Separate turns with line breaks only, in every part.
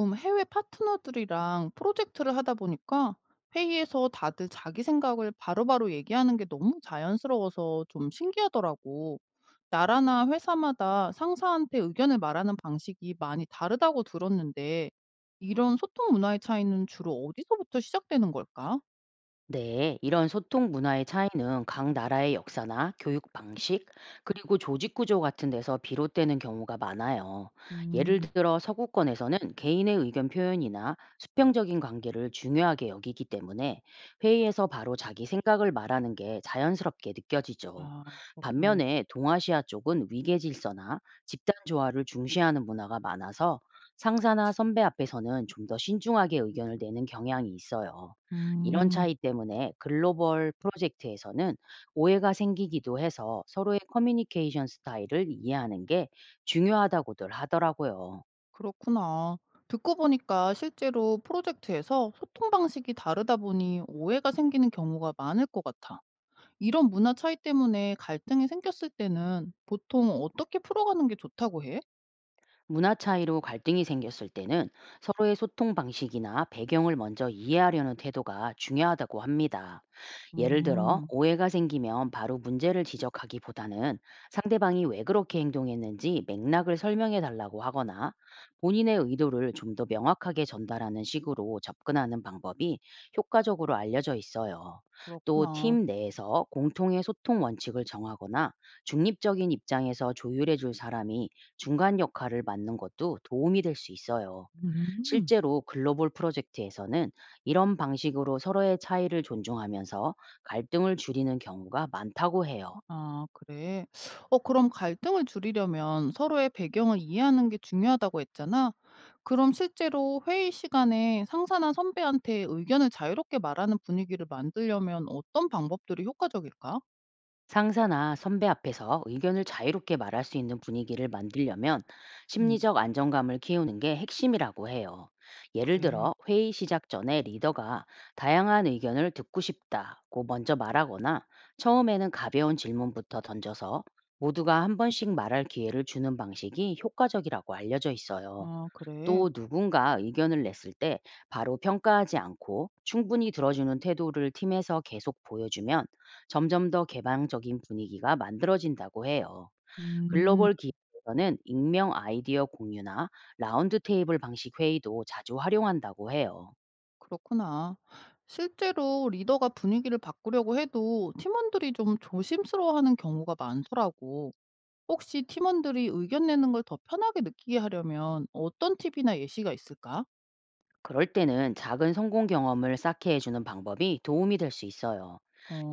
좀 해외 파트너들이랑 프로젝트를 하다 보니까 회의에서 다들 자기 생각을 바로바로 얘기하는 게 너무 자연스러워서 좀 신기하더라고. 나라나 회사마다 상사한테 의견을 말하는 방식이 많이 다르다고 들었는데, 이런 소통 문화의 차이는 주로 어디서부터 시작되는 걸까?
네, 이런 소통 문화의 차이는 각 나라의 역사나 교육 방식, 그리고 조직 구조 같은 데서 비롯되는 경우가 많아요. 예를
음,
들어 서구권에서는 개인의 의견 표현이나 수평적인 관계를 중요하게 여기기 때문에 회의에서 바로 자기 생각을 말하는 게 자연스럽게 느껴지죠.
아, 그렇구나.
반면에 동아시아 쪽은 위계 질서나 집단 조화를 중시하는 문화가 많아서 상사나 선배 앞에서는 좀 더 신중하게 의견을 내는 경향이 있어요. 이런
음,
차이 때문에 글로벌 프로젝트에서는 오해가 생기기도 해서 서로의 커뮤니케이션 스타일을 이해하는 게 중요하다고들 하더라고요.
그렇구나. 듣고 보니까 실제로 프로젝트에서 소통 방식이 다르다 보니 오해가 생기는 경우가 많을 것 같아. 이런 문화 차이 때문에 갈등이 생겼을 때는 보통 어떻게 풀어가는 게 좋다고 해?
문화 차이로 갈등이 생겼을 때는 서로의 소통 방식이나 배경을 먼저 이해하려는 태도가 중요하다고 합니다. 예를 들어,
음,
오해가 생기면 바로 문제를 지적하기보다는 상대방이 왜 그렇게 행동했는지 맥락을 설명해 달라고 하거나 본인의 의도를 좀 더 명확하게 전달하는 식으로 접근하는 방법이 효과적으로 알려져 있어요. 또
그렇구나.
팀 내에서 공통의 소통 원칙을 정하거나 중립적인 입장에서 조율해 줄 사람이 중간 역할을 맡는 것도 도움이 될 수 있어요.
음.
실제로 글로벌 프로젝트에서는 이런 방식으로 서로의 차이를 존중하면서 갈등을 줄이는 경우가 많다고 해요.
아, 그래. 그럼 갈등을 줄이려면 서로의 배경을 이해하는 게 중요하다고 했잖아. 그럼 실제로 회의 시간에 상사나 선배한테 의견을 자유롭게 말하는 분위기를 만들려면 어떤 방법들이 효과적일까?
상사나 선배 앞에서 의견을 자유롭게 말할 수 있는 분위기를 만들려면
음,
심리적 안정감을 키우는 게 핵심이라고 해요. 예를
그래.
들어 회의 시작 전에 리더가 다양한 의견을 듣고 싶다고 먼저 말하거나 처음에는 가벼운 질문부터 던져서 모두가 한 번씩 말할 기회를 주는 방식이 효과적이라고 알려져 있어요.
아, 그래.
또 누군가 의견을 냈을 때 바로 평가하지 않고 충분히 들어주는 태도를 팀에서 계속 보여주면 점점 더 개방적인 분위기가 만들어진다고 해요.
음.
글로벌 기업에서는 익명 아이디어 공유나 라운드 테이블 방식 회의도 자주 활용한다고 해요.
그렇구나. 실제로 리더가 분위기를 바꾸려고 해도 팀원들이 좀 조심스러워하는 경우가 많더라고. 혹시 팀원들이 의견 내는 걸 더 편하게 느끼게 하려면 어떤 팁이나 예시가 있을까?
그럴 때는 작은 성공 경험을 쌓게 해주는 방법이 도움이 될 수 있어요.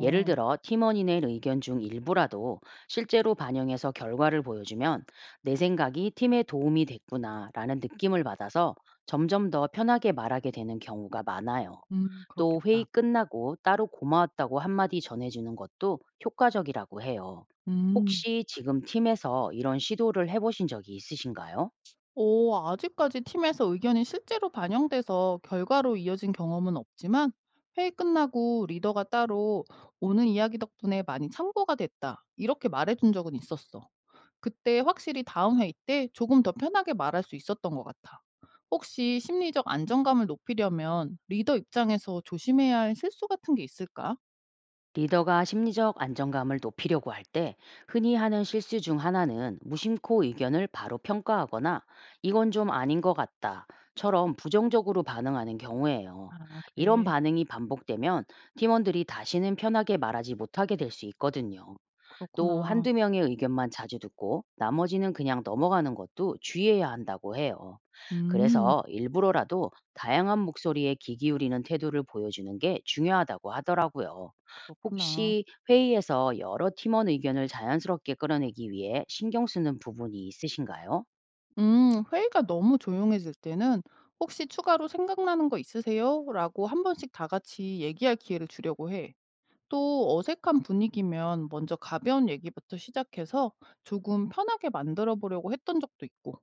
예를 들어 팀원인의 의견 중 일부라도 실제로 반영해서 결과를 보여주면 내 생각이 팀에 도움이 됐구나라는 느낌을 받아서 점점 더 편하게 말하게 되는 경우가 많아요. 또 회의
그렇겠다.
끝나고 따로 고마웠다고 한마디 전해주는 것도 효과적이라고 해요.
음,
혹시 지금 팀에서 이런 시도를 해보신 적이 있으신가요?
오, 아직까지 팀에서 의견이 실제로 반영돼서 결과로 이어진 경험은 없지만 회의 끝나고 리더가 따로 오는 이야기 덕분에 많이 참고가 됐다. 이렇게 말해준 적은 있었어. 그때 확실히 다음 회의 때 조금 더 편하게 말할 수 있었던 것 같아. 혹시 심리적 안정감을 높이려면 리더 입장에서 조심해야 할 실수 같은 게 있을까?
리더가 심리적 안정감을 높이려고 할 때 흔히 하는 실수 중 하나는 무심코 의견을 바로 평가하거나 이건 좀 아닌 것 같다처럼 부정적으로 반응하는 경우예요.
아,
이런
그래.
반응이 반복되면 팀원들이 다시는 편하게 말하지 못하게 될 수 있거든요. 또
그렇구나.
한두 명의 의견만 자주 듣고 나머지는 그냥 넘어가는 것도 주의해야 한다고 해요.
음,
그래서 일부러라도 다양한 목소리에 귀 기울이는 태도를 보여주는 게 중요하다고 하더라고요.
그렇구나.
혹시 회의에서 여러 팀원 의견을 자연스럽게 끌어내기 위해 신경 쓰는 부분이 있으신가요?
회의가 너무 조용해질 때는 혹시 추가로 생각나는 거 있으세요? 라고 한 번씩 다 같이 얘기할 기회를 주려고 해. 또 어색한 분위기면 먼저 가벼운 얘기부터 시작해서 조금 편하게 만들어 보려고 했던 적도 있고.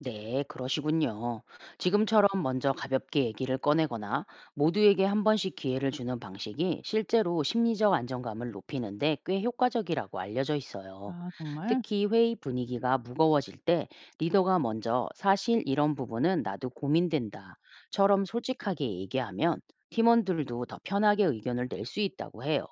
네, 그러시군요. 지금처럼 먼저 가볍게 얘기를 꺼내거나 모두에게 한 번씩 기회를 주는 방식이 실제로 심리적 안정감을 높이는데 꽤 효과적이라고 알려져 있어요.
아, 정말?
특히 회의 분위기가 무거워질 때 리더가 먼저 사실 이런 부분은 나도 고민된다처럼 솔직하게 얘기하면 팀원들도 더 편하게 의견을 낼 수 있다고 해요.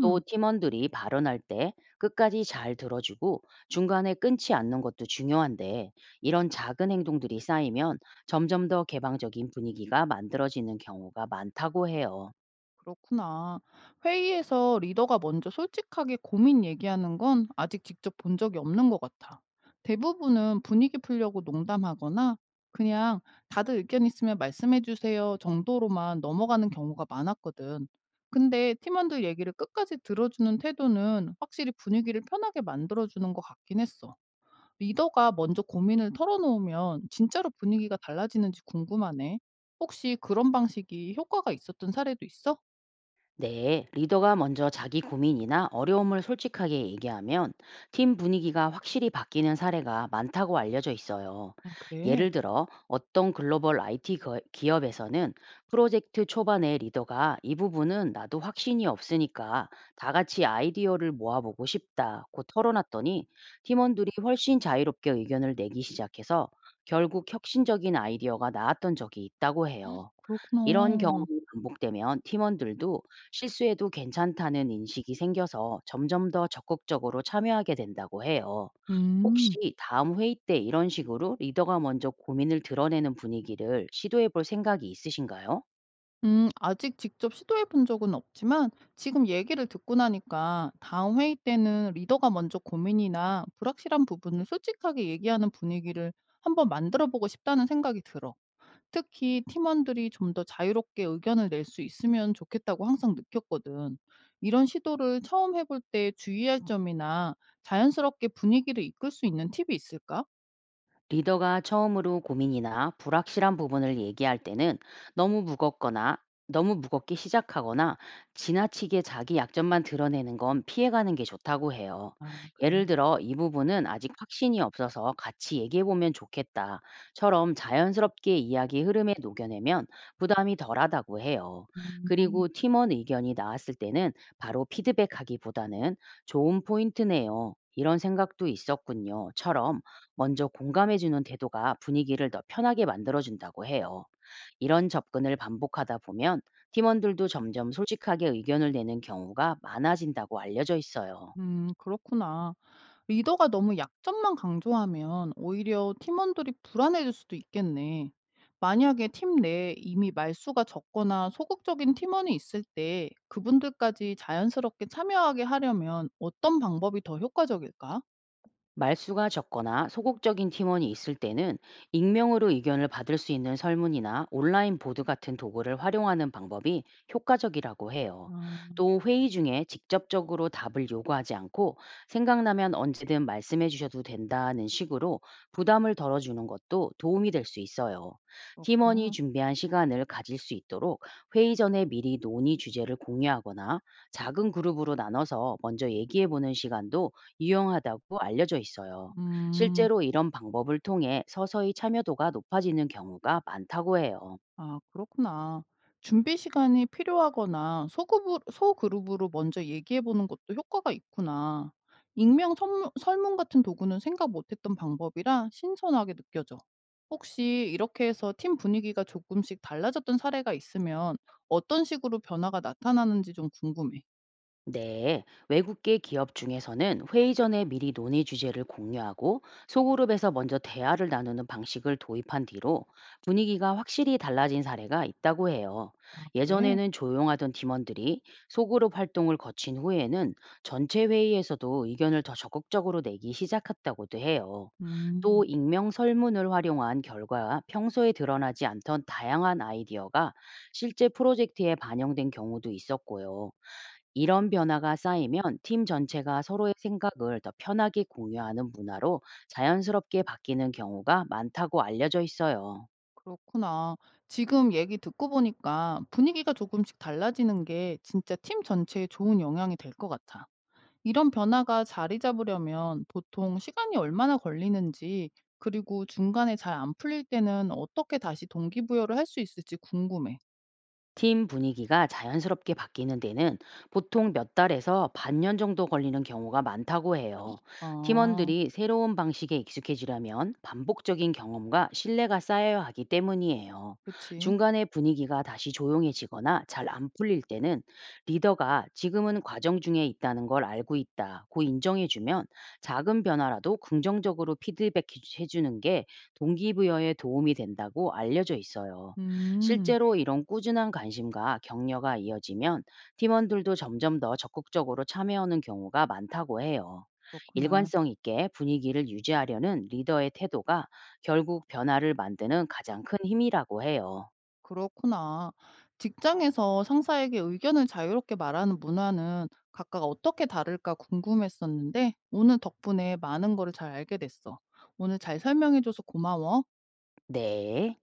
또 팀원들이 발언할 때 끝까지 잘 들어주고 중간에 끊지 않는 것도 중요한데 이런 작은 행동들이 쌓이면 점점 더 개방적인 분위기가 만들어지는 경우가 많다고 해요.
그렇구나. 회의에서 리더가 먼저 솔직하게 고민 얘기하는 건 아직 직접 본 적이 없는 것 같아. 대부분은 분위기 풀려고 농담하거나 그냥 다들 의견 있으면 말씀해 주세요 정도로만 넘어가는 경우가 많았거든. 근데 팀원들 얘기를 끝까지 들어주는 태도는 확실히 분위기를 편하게 만들어주는 것 같긴 했어. 리더가 먼저 고민을 털어놓으면 진짜로 분위기가 달라지는지 궁금하네. 혹시 그런 방식이 효과가 있었던 사례도 있어?
네, 리더가 먼저 자기 고민이나 어려움을 솔직하게 얘기하면 팀 분위기가 확실히 바뀌는 사례가 많다고 알려져 있어요.
아, 그래.
예를 들어 어떤 글로벌 IT 기업에서는 프로젝트 초반에 리더가 이 부분은 나도 확신이 없으니까 다 같이 아이디어를 모아보고 싶다고 털어놨더니 팀원들이 훨씬 자유롭게 의견을 내기 시작해서 결국 혁신적인 아이디어가 나왔던 적이 있다고 해요. 이런
그렇구나.
경험이 반복되면 팀원들도 실수해도 괜찮다는 인식이 생겨서 점점 더 적극적으로 참여하게 된다고 해요.
음.
혹시 다음 회의 때 이런 식으로 리더가 먼저 고민을 드러내는 분위기를 시도해 볼 생각이 있으신가요?
아직 직접 시도해 본 적은 없지만 지금 얘기를 듣고 나니까 다음 회의 때는 리더가 먼저 고민이나 불확실한 부분을 솔직하게 얘기하는 분위기를 한번 만들어 보고 싶다는 생각이 들어. 특히 팀원들이 좀 더 자유롭게 의견을 낼 수 있으면 좋겠다고 항상 느꼈거든. 이런 시도를 처음 해볼 때 주의할 점이나 자연스럽게 분위기를 이끌 수 있는 팁이 있을까?
리더가 처음으로 고민이나 불확실한 부분을 얘기할 때는 너무 무겁거나 너무 무겁게 시작하거나 지나치게 자기 약점만 드러내는 건 피해가는 게 좋다고 해요.
아, 그래.
예를 들어 이 부분은 아직 확신이 없어서 같이 얘기해 보면 좋겠다처럼 자연스럽게 이야기 흐름에 녹여내면 부담이 덜하다고 해요.
음,
그리고 팀원 의견이 나왔을 때는 바로 피드백하기보다는 좋은 포인트네요. 이런 생각도 있었군요.처럼 먼저 공감해주는 태도가 분위기를 더 편하게 만들어준다고 해요. 이런 접근을 반복하다 보면 팀원들도 점점 솔직하게 의견을 내는 경우가 많아진다고 알려져 있어요.
그렇구나. 리더가 너무 약점만 강조하면 오히려 팀원들이 불안해질 수도 있겠네. 만약에 팀 내에 이미 말수가 적거나 소극적인 팀원이 있을 때 그분들까지 자연스럽게 참여하게 하려면 어떤 방법이 더 효과적일까?
말수가 적거나 소극적인 팀원이 있을 때는 익명으로 의견을 받을 수 있는 설문이나 온라인 보드 같은 도구를 활용하는 방법이 효과적이라고 해요.
아,
또 회의 중에 직접적으로 답을 요구하지 않고 생각나면 언제든 말씀해 주셔도 된다는 식으로 부담을 덜어주는 것도 도움이 될 수 있어요. 팀원이
그렇구나.
준비한 시간을 가질 수 있도록 회의 전에 미리 논의 주제를 공유하거나 작은 그룹으로 나눠서 먼저 얘기해 보는 시간도 유용하다고 알려져 있어요.
음.
실제로 이런 방법을 통해 서서히 참여도가 높아지는 경우가 많다고 해요.
아, 그렇구나. 준비 시간이 필요하거나 소그룹으로 먼저 얘기해 보는 것도 효과가 있구나. 익명 문 설문 같은 도구는 생각 못 했던 방법이라 신선하게 느껴져. 혹시 이렇게 해서 팀 분위기가 조금씩 달라졌던 사례가 있으면 어떤 식으로 변화가 나타나는지 좀 궁금해.
네, 외국계 기업 중에서는 회의 전에 미리 논의 주제를 공유하고 소그룹에서 먼저 대화를 나누는 방식을 도입한 뒤로 분위기가 확실히 달라진 사례가 있다고 해요.
아, 그래?
예전에는 조용하던 팀원들이 소그룹 활동을 거친 후에는 전체 회의에서도 의견을 더 적극적으로 내기 시작했다고도 해요. 또
음.
익명 설문을 활용한 결과와 평소에 드러나지 않던 다양한 아이디어가 실제 프로젝트에 반영된 경우도 있었고요. 이런 변화가 쌓이면 팀 전체가 서로의 생각을 더 편하게 공유하는 문화로 자연스럽게 바뀌는 경우가 많다고 알려져 있어요.
그렇구나. 지금 얘기 듣고 보니까 분위기가 조금씩 달라지는 게 진짜 팀 전체에 좋은 영향이 될 것 같아. 이런 변화가 자리 잡으려면 보통 시간이 얼마나 걸리는지, 그리고 중간에 잘 안 풀릴 때는 어떻게 다시 동기부여를 할 수 있을지 궁금해.
팀 분위기가 자연스럽게 바뀌는 데는 보통 몇 달에서 반년 정도 걸리는 경우가 많다고 해요.
아,
팀원들이 새로운 방식에 익숙해지려면 반복적인 경험과 신뢰가 쌓여야 하기 때문이에요.
그치.
중간에 분위기가 다시 조용해지거나 잘 안 풀릴 때는 리더가 지금은 과정 중에 있다는 걸 알고 있다고 인정해주면 작은 변화라도 긍정적으로 피드백해주는 게 동기부여에 도움이 된다고 알려져 있어요.
음,
실제로 이런 꾸준한 관심과 격려가 이어지면 팀원들도 점점 더 적극적으로 참여하는 경우가 많다고 해요.
그렇구나.
일관성 있게 분위기를 유지하려는 리더의 태도가 결국 변화를 만드는 가장 큰 힘이라고 해요.
그렇구나. 직장에서 상사에게 의견을 자유롭게 말하는 문화는 각각 어떻게 다를까 궁금했었는데, 오늘 덕분에 많은 거를 잘 알게 됐어. 오늘 잘 설명해줘서 고마워.
네.